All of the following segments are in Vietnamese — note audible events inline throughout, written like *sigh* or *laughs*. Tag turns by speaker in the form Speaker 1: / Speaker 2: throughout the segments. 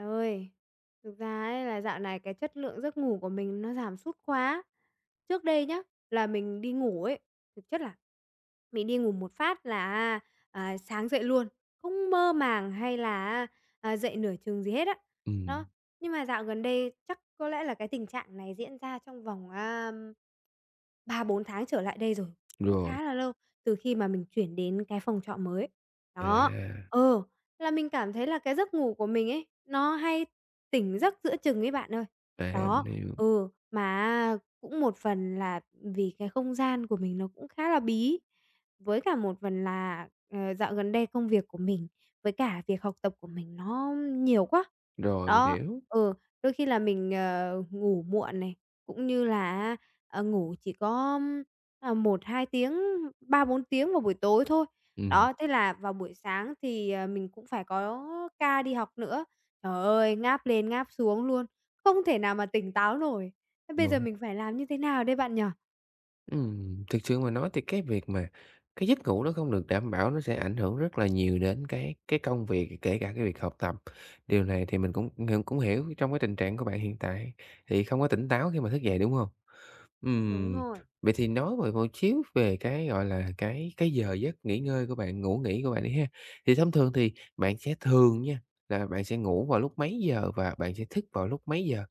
Speaker 1: Ơi, thực ra ấy là dạo này cái chất lượng giấc ngủ của mình nó giảm sút quá. Trước đây nhá, là mình đi ngủ ấy, thực chất là mình đi ngủ một phát là, sáng dậy luôn, không mơ màng hay là dậy nửa chừng gì hết á. Đó,
Speaker 2: Ừm,
Speaker 1: nhưng mà dạo gần đây chắc có lẽ là cái tình trạng này diễn ra trong vòng, à, ba bốn tháng trở lại đây rồi, cũng
Speaker 2: rồi,
Speaker 1: khá là lâu, từ khi mà mình chuyển đến cái phòng trọ mới. Đó,
Speaker 2: à,
Speaker 1: ờ, là mình cảm thấy là cái giấc ngủ của mình ấy, nó hay tỉnh giấc giữa chừng ấy bạn ơi.
Speaker 2: à,
Speaker 1: Đó,
Speaker 2: mình hiểu,
Speaker 1: mà cũng một phần là vì cái không gian của mình nó cũng khá là bí, với cả một phần là, dạo gần đây công việc của mình, với cả việc học tập của mình nó nhiều quá.
Speaker 2: rồi, mình
Speaker 1: Đó,
Speaker 2: hiểu,
Speaker 1: ừ, đôi khi là mình, ngủ muộn này, cũng như là ngủ chỉ có, 1-2 tiếng, ba bốn tiếng vào buổi tối thôi.
Speaker 2: ừm,
Speaker 1: Đó, thế là vào buổi sáng thì, mình cũng phải có ca đi học nữa. Trời ơi, ngáp lên ngáp xuống luôn, không thể nào mà tỉnh táo nổi. Thế bây giờ
Speaker 2: đúng.
Speaker 1: mình phải làm như thế nào đây bạn nhở?
Speaker 2: Thực sự mà nói thì cái việc mà cái giấc ngủ nó không được đảm bảo nó sẽ ảnh hưởng rất là nhiều đến cái công việc, kể cả cái việc học tập. Điều này thì mình cũng hiểu trong cái tình trạng của bạn hiện tại, thì không có tỉnh táo khi mà thức dậy, đúng hông?
Speaker 1: Đúng
Speaker 2: Ừm,
Speaker 1: rồi.
Speaker 2: vậy thì nói về một xíu về cái, gọi là, cái giờ giấc nghỉ ngơi của bạn, ngủ nghỉ của bạn đi ha. Thì thông thường thì bạn sẽ thường nha, là bạn sẽ ngủ vào lúc mấy giờ và bạn sẽ thức vào lúc mấy giờ?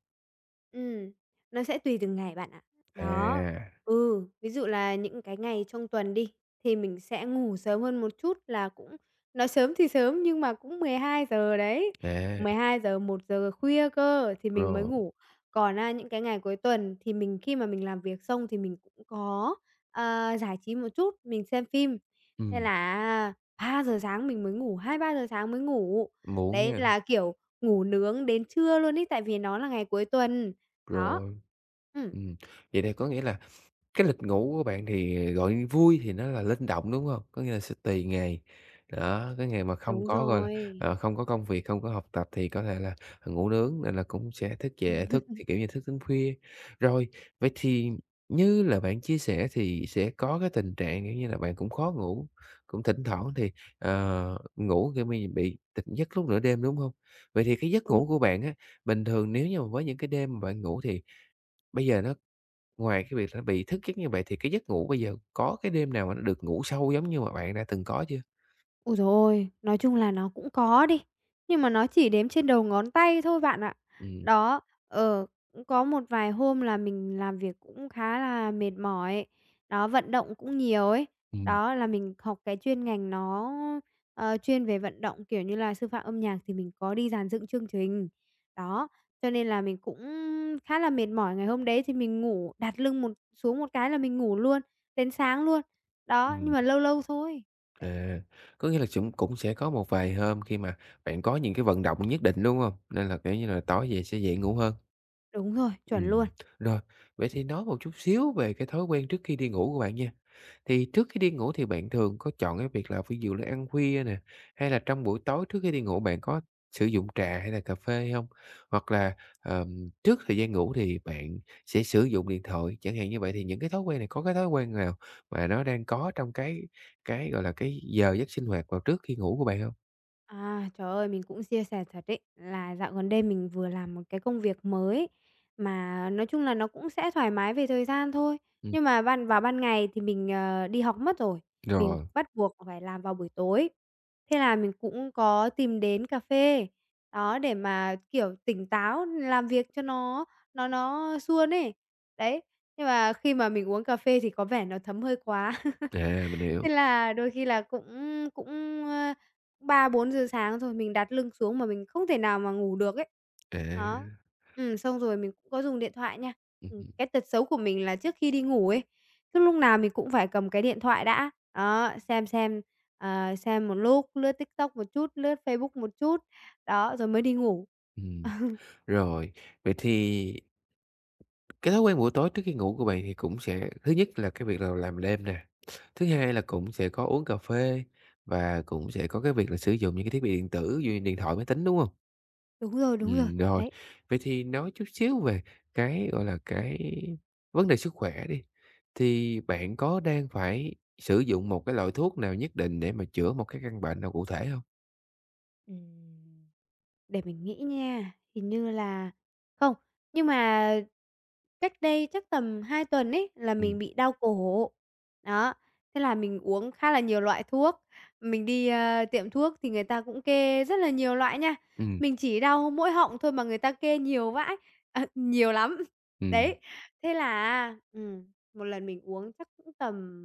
Speaker 1: Ừm, nó sẽ tùy từng ngày bạn ạ. Đó,
Speaker 2: À,
Speaker 1: ví dụ là những cái ngày trong tuần đi, thì mình sẽ ngủ sớm hơn một chút là cũng nói sớm thì sớm nhưng mà cũng mười hai giờ đấy,
Speaker 2: à,
Speaker 1: mười hai giờ một giờ khuya cơ thì mình mới
Speaker 2: rồi,
Speaker 1: ngủ. Còn, những cái ngày cuối tuần thì mình khi mà mình làm việc xong thì mình cũng có, giải trí một chút, mình xem phim, nên
Speaker 2: ừm,
Speaker 1: là á ba giờ sáng mình mới ngủ, hai ba giờ sáng mới ngủ.
Speaker 2: muộn
Speaker 1: Đấy
Speaker 2: nha,
Speaker 1: là, kiểu, ngủ nướng đến trưa luôn ấy, tại vì nó là ngày cuối tuần. Đó.
Speaker 2: rồi,
Speaker 1: Ừm,
Speaker 2: ừm, vậy thì có nghĩa là cái lịch ngủ của bạn thì, gọi, vui thì nó là linh động, đúng hông? Có nghĩa là sẽ tùy ngày, đó, cái ngày mà không
Speaker 1: đúng
Speaker 2: có, gọi là,
Speaker 1: rồi,
Speaker 2: ờ, không có công việc, không có học tập thì có thể là ngủ nướng nên là cũng sẽ thức trễ, thức thì, kiểu như, thức đến khuya. Rồi, vậy thì như là bạn chia sẻ thì sẽ có cái tình trạng, kiểu như là, bạn cũng khó ngủ, cũng thỉnh thoảng thì, ờ, ngủ, kiểu, bị tỉnh giấc lúc nửa đêm, đúng hông? Vậy thì cái giấc
Speaker 1: đúng
Speaker 2: ngủ của bạn á, bình thường nếu như mà với những cái đêm mà bạn ngủ thì bây giờ nó, ngoài cái việc là nó bị thức giấc như vậy thì cái giấc ngủ bây giờ có cái đêm nào mà nó được ngủ sâu giống như mà bạn đã từng có chưa?
Speaker 1: Ôi giời ôi! Nói chung là nó cũng có đi, nhưng mà nó chỉ đếm trên đầu ngón tay thôi bạn ạ.
Speaker 2: Ừm,
Speaker 1: Đó, ờ, cũng có một vài hôm là mình làm việc cũng khá là mệt mỏi, đó, vận động cũng nhiều ấy.
Speaker 2: ừm,
Speaker 1: Đó, là mình học cái chuyên ngành nó, chuyên về vận động, kiểu như là, sư phạm âm nhạc thì mình có đi dàn dựng chương trình. Đó, cho nên là mình cũng khá là mệt mỏi, ngày hôm đấy thì mình ngủ đặt lưng một xuống một cái là mình ngủ luôn, đến sáng luôn. Đó,
Speaker 2: ừm,
Speaker 1: nhưng mà lâu lâu thôi.
Speaker 2: à, có nghĩa là chúng cũng sẽ có một vài hôm khi mà bạn có những cái vận động nhất định, đúng không? Nên là, kiểu như là, tối về sẽ dễ ngủ hơn.
Speaker 1: Đúng rồi, chuẩn luôn.
Speaker 2: Ừm, rồi, vậy thì nói một chút xíu về cái thói quen trước khi đi ngủ của bạn nha. Thì trước khi đi ngủ thì bạn thường có chọn cái việc là ví dụ là ăn khuya nè, hay là trong buổi tối trước khi đi ngủ bạn có sử dụng trà hay là cà phê không? Hoặc là, trước thời gian ngủ thì bạn sẽ sử dụng điện thoại, chẳng hạn như vậy, thì những cái thói quen này có cái thói quen nào mà nó đang có trong cái, gọi là, cái giờ giấc sinh hoạt vào trước khi ngủ của bạn không?
Speaker 1: À, trời ơi, mình cũng chia sẻ thật ấy, là dạo gần đây mình vừa làm một cái công việc mới, mà nói chung là nó cũng sẽ thoải mái về thời gian thôi.
Speaker 2: Ừm,
Speaker 1: Nhưng mà vào ban ngày thì mình, đi học mất rồi, mình
Speaker 2: rồi,
Speaker 1: bắt buộc phải làm vào buổi tối. Thế là mình cũng có tìm đến cà phê, đó, để mà, kiểu, tỉnh táo làm việc cho nó suôn ấy. Đấy, nhưng mà khi mà mình uống cà phê thì có vẻ nó thấm hơi quá. *laughs*
Speaker 2: à, mình hiểu,
Speaker 1: Thế là đôi khi là cũng cũng, ơ, ba bốn giờ sáng rồi mình đặt lưng xuống mà mình không thể nào mà ngủ được ấy.
Speaker 2: à,
Speaker 1: Đó. Xong rồi mình cũng có dùng điện thoại nha.
Speaker 2: hưm,
Speaker 1: Cái tật xấu của mình là trước khi đi ngủ ấy, cứ lúc nào mình cũng phải cầm cái điện thoại đã. Đó, xem, xem một lúc, lướt TikTok một chút, lướt Facebook một chút, đó, rồi mới đi ngủ.
Speaker 2: ừm.
Speaker 1: *laughs* Ờ,
Speaker 2: Rồi, vậy thì cái thói quen buổi tối trước khi ngủ của bạn thì cũng sẽ thứ nhất là cái việc là làm đêm nè, thứ hai là cũng sẽ có uống cà phê và cũng sẽ có cái việc là sử dụng những cái thiết bị điện tử như điện thoại, máy tính, đúng không?
Speaker 1: Đúng rồi, đúng rồi,
Speaker 2: Rồi,
Speaker 1: đấy.
Speaker 2: vậy thì nói chút xíu về cái, gọi là, cái vấn đề sức khỏe đi, thì bạn có đang phải sử dụng một cái loại thuốc nào nhất định để mà chữa một cái căn bệnh nào cụ thể không?
Speaker 1: Ừm. Để mình nghĩ nha, hình như là không, nhưng mà cách đây chắc tầm 2 tuần ấy là mình
Speaker 2: Ừm,
Speaker 1: bị đau cổ. Đó, thế là mình uống khá là nhiều loại thuốc. Mình đi, tiệm thuốc thì người ta cũng kê rất là nhiều loại nha.
Speaker 2: ừm,
Speaker 1: Mình chỉ đau mỗi họng thôi mà người ta kê nhiều vãi, nhiều lắm. *laughs*
Speaker 2: ừm,
Speaker 1: Đấy, thế là á một lần mình uống chắc cũng tầm,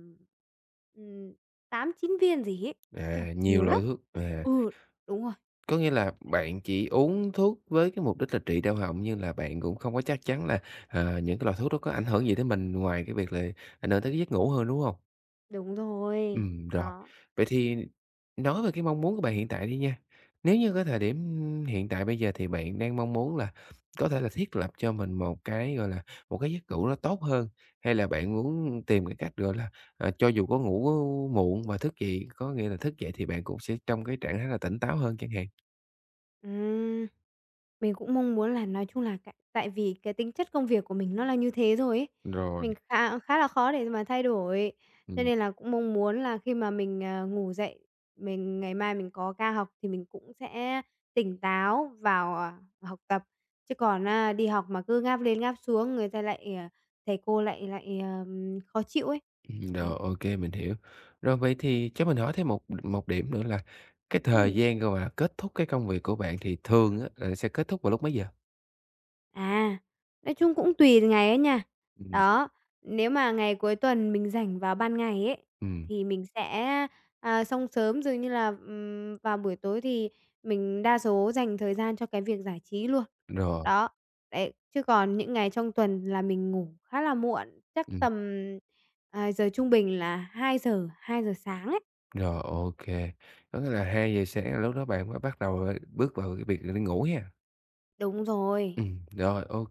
Speaker 1: ừm, 8-9 viên gì ấy. Ôi,
Speaker 2: à, nhiều
Speaker 1: nhiều
Speaker 2: loại
Speaker 1: lắm.
Speaker 2: thuốc, à.
Speaker 1: Ừ, đúng rồi.
Speaker 2: Có nghĩa là bạn chỉ uống thuốc với cái mục đích là trị đau họng, nhưng là bạn cũng không có chắc chắn là, ờ, những cái loại thuốc đó có ảnh hưởng gì tới mình ngoài cái việc là ảnh hưởng tới cái giấc ngủ hơn, đúng không?
Speaker 1: Đúng rồi,
Speaker 2: Rồi.
Speaker 1: đó,
Speaker 2: Vậy thì nói về cái mong muốn của bạn hiện tại đi nha. Nếu như cái thời điểm hiện tại bây giờ thì bạn đang mong muốn là có thể là thiết lập cho mình một cái, gọi là, một cái giấc ngủ nó tốt hơn, hay là bạn muốn tìm cái cách, gọi là, ờ, cho dù có ngủ muộn và thức dậy, có nghĩa là thức dậy thì bạn cũng sẽ trong cái trạng thái là tỉnh táo hơn chẳng hạn?
Speaker 1: ừm. Mình cũng mong muốn là nói chung là tại tại vì cái tính chất công việc của mình nó là như thế rồi ấy,
Speaker 2: Rồi.
Speaker 1: mình khá khá là khó để mà thay đổi, cho
Speaker 2: Ừm,
Speaker 1: nên là cũng mong muốn là khi mà mình, ngủ dậy, mình ngày mai mình có ca học thì mình cũng sẽ tỉnh táo vào, học tập. Chứ còn á, đi học mà cứ ngáp lên ngáp xuống, người ta lại, thầy cô lại lại, khó chịu ấy.
Speaker 2: rồi,
Speaker 1: Đó,
Speaker 2: ô mình hiểu. Rồi vậy thì cho mình hỏi thêm một một điểm nữa là cái thời
Speaker 1: ừm.
Speaker 2: gian, gọi là, kết thúc cái công việc của bạn thì thường á là sẽ kết thúc vào lúc mấy giờ?
Speaker 1: À, nói chung cũng tùy ngày ấy nha.
Speaker 2: Ừm,
Speaker 1: Đó, nếu mà ngày cuối tuần mình rảnh vào ban ngày ấy,
Speaker 2: ừm,
Speaker 1: thì mình sẽ, xong sớm, dường như là, vào buổi tối thì mình đa số dành thời gian cho cái việc giải trí luôn.
Speaker 2: rồi,
Speaker 1: Đó, đấy, chứ còn những ngày trong tuần là mình ngủ khá là muộn, chắc
Speaker 2: ừm,
Speaker 1: tầm, giờ trung bình là hai giờ sáng ấy.
Speaker 2: rồi, ok. Có nghĩa là 2 giờ sáng là lúc đó bạn mới bắt đầu, ờ, bước vào cái việc đi ngủ ha?
Speaker 1: Đúng rồi.
Speaker 2: Ừ, rồi, ok.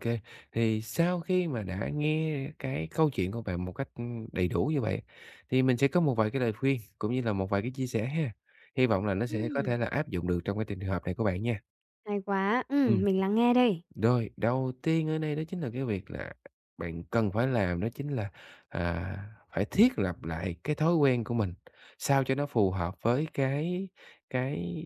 Speaker 2: Thì sau khi mà đã nghe cái câu chuyện của bạn một cách, đầy đủ như vậy, thì mình sẽ có một vài cái lời khuyên cũng như là một vài cái chia sẻ ha. Hy vọng là nó sẽ có
Speaker 1: Ừm.
Speaker 2: thể là áp dụng được trong cái tình hợp này của bạn nha.
Speaker 1: Hay quá.
Speaker 2: Ừm,
Speaker 1: Mình lắng nghe đây.
Speaker 2: rồi, đầu tiên ở đây đó chính là cái việc là bạn cần phải làm đó chính là, à, phải thiết lập lại cái thói quen của mình, sao cho nó phù hợp với cái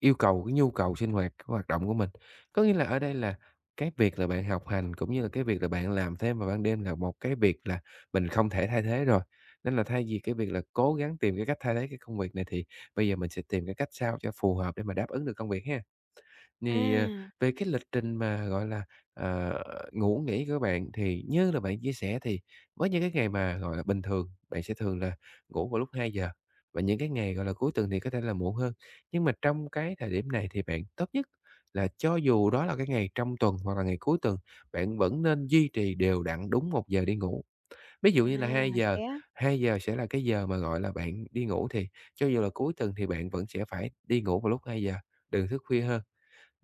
Speaker 2: yêu cầu, cái nhu cầu sinh hoạt, cái hoạt động của mình. Có nghĩa là ở đây là cái việc là bạn học hành cũng như là cái việc là bạn làm thêm vào ban đêm là một cái việc là mình không thể thay thế rồi, nên là thay vì cái việc là cố gắng tìm cái cách thay thế cái công việc này thì bây giờ mình sẽ tìm cái cách sao cho phù hợp để mà đáp ứng được công việc ha.
Speaker 1: À,
Speaker 2: Thì, ờ, về cái lịch trình mà, gọi là, ờ, ngủ nghỉ của bạn thì như là bạn chia sẻ thì với những cái ngày mà, gọi là, bình thường, bạn sẽ thường là ngủ vào lúc 2 giờ và những cái ngày, gọi là, cuối tuần thì có thể là muộn hơn. Nhưng mà trong cái thời điểm này thì bạn tốt nhất là cho dù đó là cái ngày trong tuần hoặc là ngày cuối tuần, bạn vẫn nên duy trì đều đặn đúng một giờ đi ngủ. Ví dụ như là hai
Speaker 1: à,
Speaker 2: giờ
Speaker 1: thế
Speaker 2: hai giờ sẽ là cái giờ mà, gọi là, bạn đi ngủ thì cho dù là cuối tuần thì bạn vẫn sẽ phải đi ngủ vào lúc 2 giờ, đừng thức khuya hơn.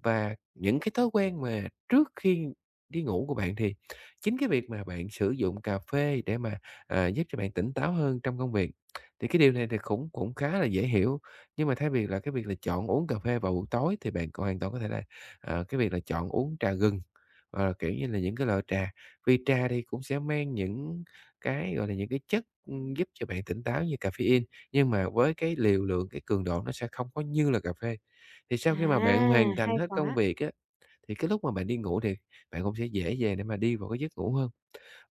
Speaker 2: Và những cái thói quen mà trước khi đi ngủ của bạn thì chính cái việc mà bạn sử dụng cà phê để mà, à, giúp cho bạn tỉnh táo hơn trong công việc, thì cái điều này thì cũng cũng khá là dễ hiểu. Nhưng mà thay vì là cái việc là chọn uống cà phê vào buổi tối thì bạn còn hoàn toàn có thể là, ờ, cái việc là chọn uống trà gừng, hoặc là, kiểu như là, những cái loại trà, vì trà thì cũng sẽ mang những cái, gọi là, những cái chất, giúp cho bạn tỉnh táo như caffeine, nhưng mà với cái liều lượng, cái cường độ nó sẽ không có như là cà phê. Thì sau khi mà bạn
Speaker 1: À,
Speaker 2: hoàn thành
Speaker 1: hay
Speaker 2: hết công
Speaker 1: quá!
Speaker 2: việc á, thì cái lúc mà bạn đi ngủ thì bạn cũng sẽ dễ dàng để mà đi vào cái giấc ngủ hơn.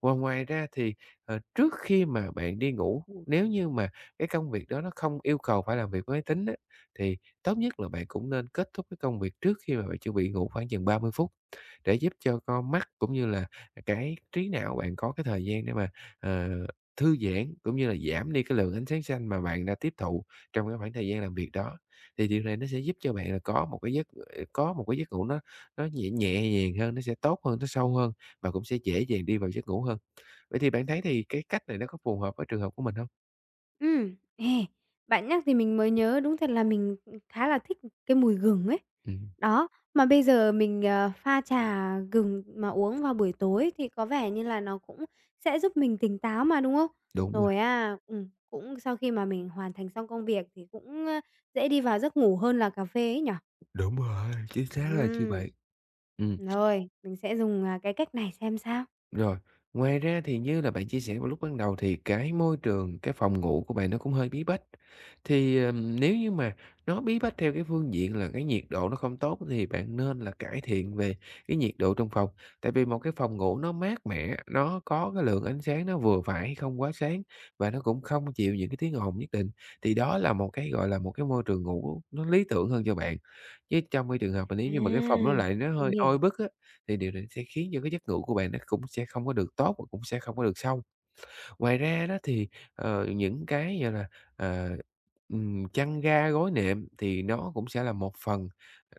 Speaker 2: Và ngoài ra thì, ờ, trước khi mà bạn đi ngủ, nếu như mà cái công việc đó nó không yêu cầu phải làm việc với máy tính á, thì tốt nhất là bạn cũng nên kết thúc cái công việc trước khi mà bạn chuẩn bị ngủ khoảng chừng 30 phút, để giúp cho con mắt cũng như là cái trí não bạn có cái thời gian để mà, ờ, thư giãn, cũng như là giảm đi cái lượng ánh sáng xanh mà bạn đã tiếp thụ trong cái khoảng thời gian làm việc đó. Thì điều này nó sẽ giúp cho bạn là có một cái giấc ngủ nó nhẹ nhẹ nhàng hơn, nó sẽ tốt hơn, nó sâu hơn và cũng sẽ dễ dàng đi vào giấc ngủ hơn. Vậy thì bạn thấy thì cái cách này nó có phù hợp với trường hợp của mình không?
Speaker 1: Ừ, ê, bạn nhắc thì mình mới nhớ, đúng thật là mình, khá là thích cái mùi gừng ấy.
Speaker 2: Ừm.
Speaker 1: Đó, mà bây giờ mình, pha trà gừng mà uống vào buổi tối thì có vẻ như là nó cũng sẽ giúp mình tỉnh táo mà, đúng không?
Speaker 2: Đúng rồi,
Speaker 1: Rồi à, cũng sau khi mà mình hoàn thành xong công việc thì cũng, dễ đi vào giấc ngủ hơn là cà phê ấy nhỉ?
Speaker 2: đúng rồi, chính xác là như
Speaker 1: Ừm.
Speaker 2: vậy. Ừm.
Speaker 1: Rồi, mình sẽ dùng, cái cách này xem sao.
Speaker 2: Rồi, ngoài ra thì như là bạn chia sẻ vào lúc ban đầu thì cái môi trường, cái phòng ngủ của bạn nó cũng hơi bí bách. Thì, nếu như mà nó bí bách theo cái phương diện là cái nhiệt độ nó không tốt thì bạn nên là cải thiện về cái nhiệt độ trong phòng. Tại vì một cái phòng ngủ nó mát mẻ, nó có cái lượng ánh sáng nó vừa phải, không quá sáng và nó cũng không chịu những cái tiếng ồn nhất định, thì đó là một cái, gọi là, một cái môi trường ngủ nó lý tưởng hơn cho bạn. Chứ trong cái trường hợp mà
Speaker 1: À,
Speaker 2: nếu như mà cái phòng nó lại nó hơi
Speaker 1: mình hiểu.
Speaker 2: oi bức á, thì điều này sẽ khiến cho cái giấc ngủ của bạn nó cũng sẽ không có được tốt và cũng sẽ không có được sâu. Ngoài ra đó thì, ờ, những cái, gọi là, ờ, chăn ga gối nệm thì nó cũng sẽ là một phần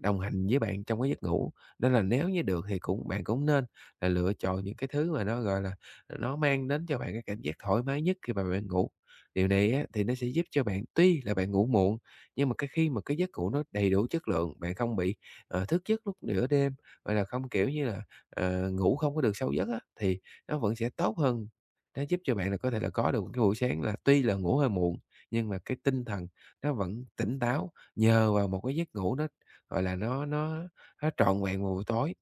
Speaker 2: đồng hành với bạn trong cái giấc ngủ. Nên là nếu như được thì cũng bạn cũng nên là lựa chọn những cái thứ mà nó, gọi là, nó mang đến cho bạn cái cảm giác thoải mái nhất khi mà bạn ngủ. Điều này á thì nó sẽ giúp cho bạn tuy là bạn ngủ muộn, nhưng mà cái khi mà cái giấc ngủ nó đầy đủ chất lượng, bạn không bị, ờ, thức giấc lúc nửa đêm, gọi là, không, kiểu như là, ờ, ngủ không có được sâu giấc á, thì nó vẫn sẽ tốt hơn, nó giúp cho bạn là có thể là có được một cái buổi sáng là tuy là ngủ hơi muộn, nhưng mà cái tinh thần nó vẫn tỉnh táo nhờ vào một cái giấc ngủ nó, gọi là, nó trọn vẹn vào buổi tối.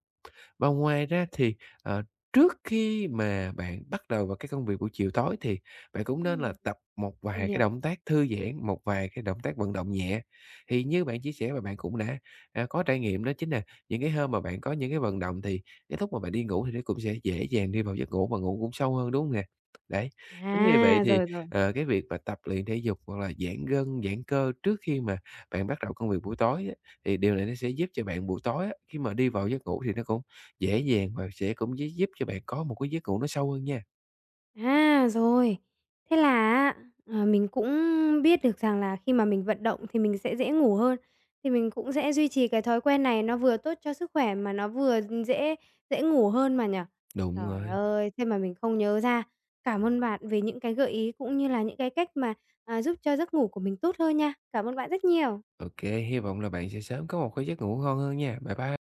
Speaker 2: Và ngoài ra thì, ờ, trước khi mà bạn bắt đầu vào cái công việc buổi chiều tối thì bạn cũng nên là
Speaker 1: Ừm,
Speaker 2: tập một vài
Speaker 1: mình
Speaker 2: cái
Speaker 1: hiểu.
Speaker 2: động tác thư giãn, một vài cái động tác vận động nhẹ. Thì như bạn chia sẻ và bạn cũng đã, à, có trải nghiệm đó chính là những cái hôm mà bạn có những cái vận động thì cái lúc mà bạn đi ngủ thì nó cũng sẽ dễ dàng đi vào giấc ngủ và ngủ cũng sâu hơn, đúng không nè? Đấy, chính vì vậy
Speaker 1: À,
Speaker 2: thì,
Speaker 1: rồi, rồi.
Speaker 2: ờ, cái việc mà tập luyện thể dục hoặc là giãn gân, giãn cơ trước khi mà bạn bắt đầu công việc buổi tối á, thì điều này nó sẽ giúp cho bạn buổi tối á, khi mà đi vào giấc ngủ thì nó cũng dễ dàng và sẽ cũng giúp cho bạn có một cái giấc ngủ nó sâu hơn nha.
Speaker 1: À, rồi. Thế là á, mình cũng biết được rằng là khi mà mình vận động thì mình sẽ dễ ngủ hơn, thì mình cũng sẽ duy trì cái thói quen này nó vừa tốt cho sức khỏe mà nó vừa dễ dễ ngủ hơn mà nhỉ?
Speaker 2: Đúng
Speaker 1: Trời
Speaker 2: rồi,
Speaker 1: ơi, thế mà mình không nhớ ra. Cảm ơn bạn về những cái gợi ý cũng như là những cái cách mà, giúp cho giấc ngủ của mình tốt hơn nha. Cảm ơn bạn rất nhiều.
Speaker 2: ok, hy vọng là bạn sẽ sớm có một cái giấc ngủ ngon hơn nha. Bye bye.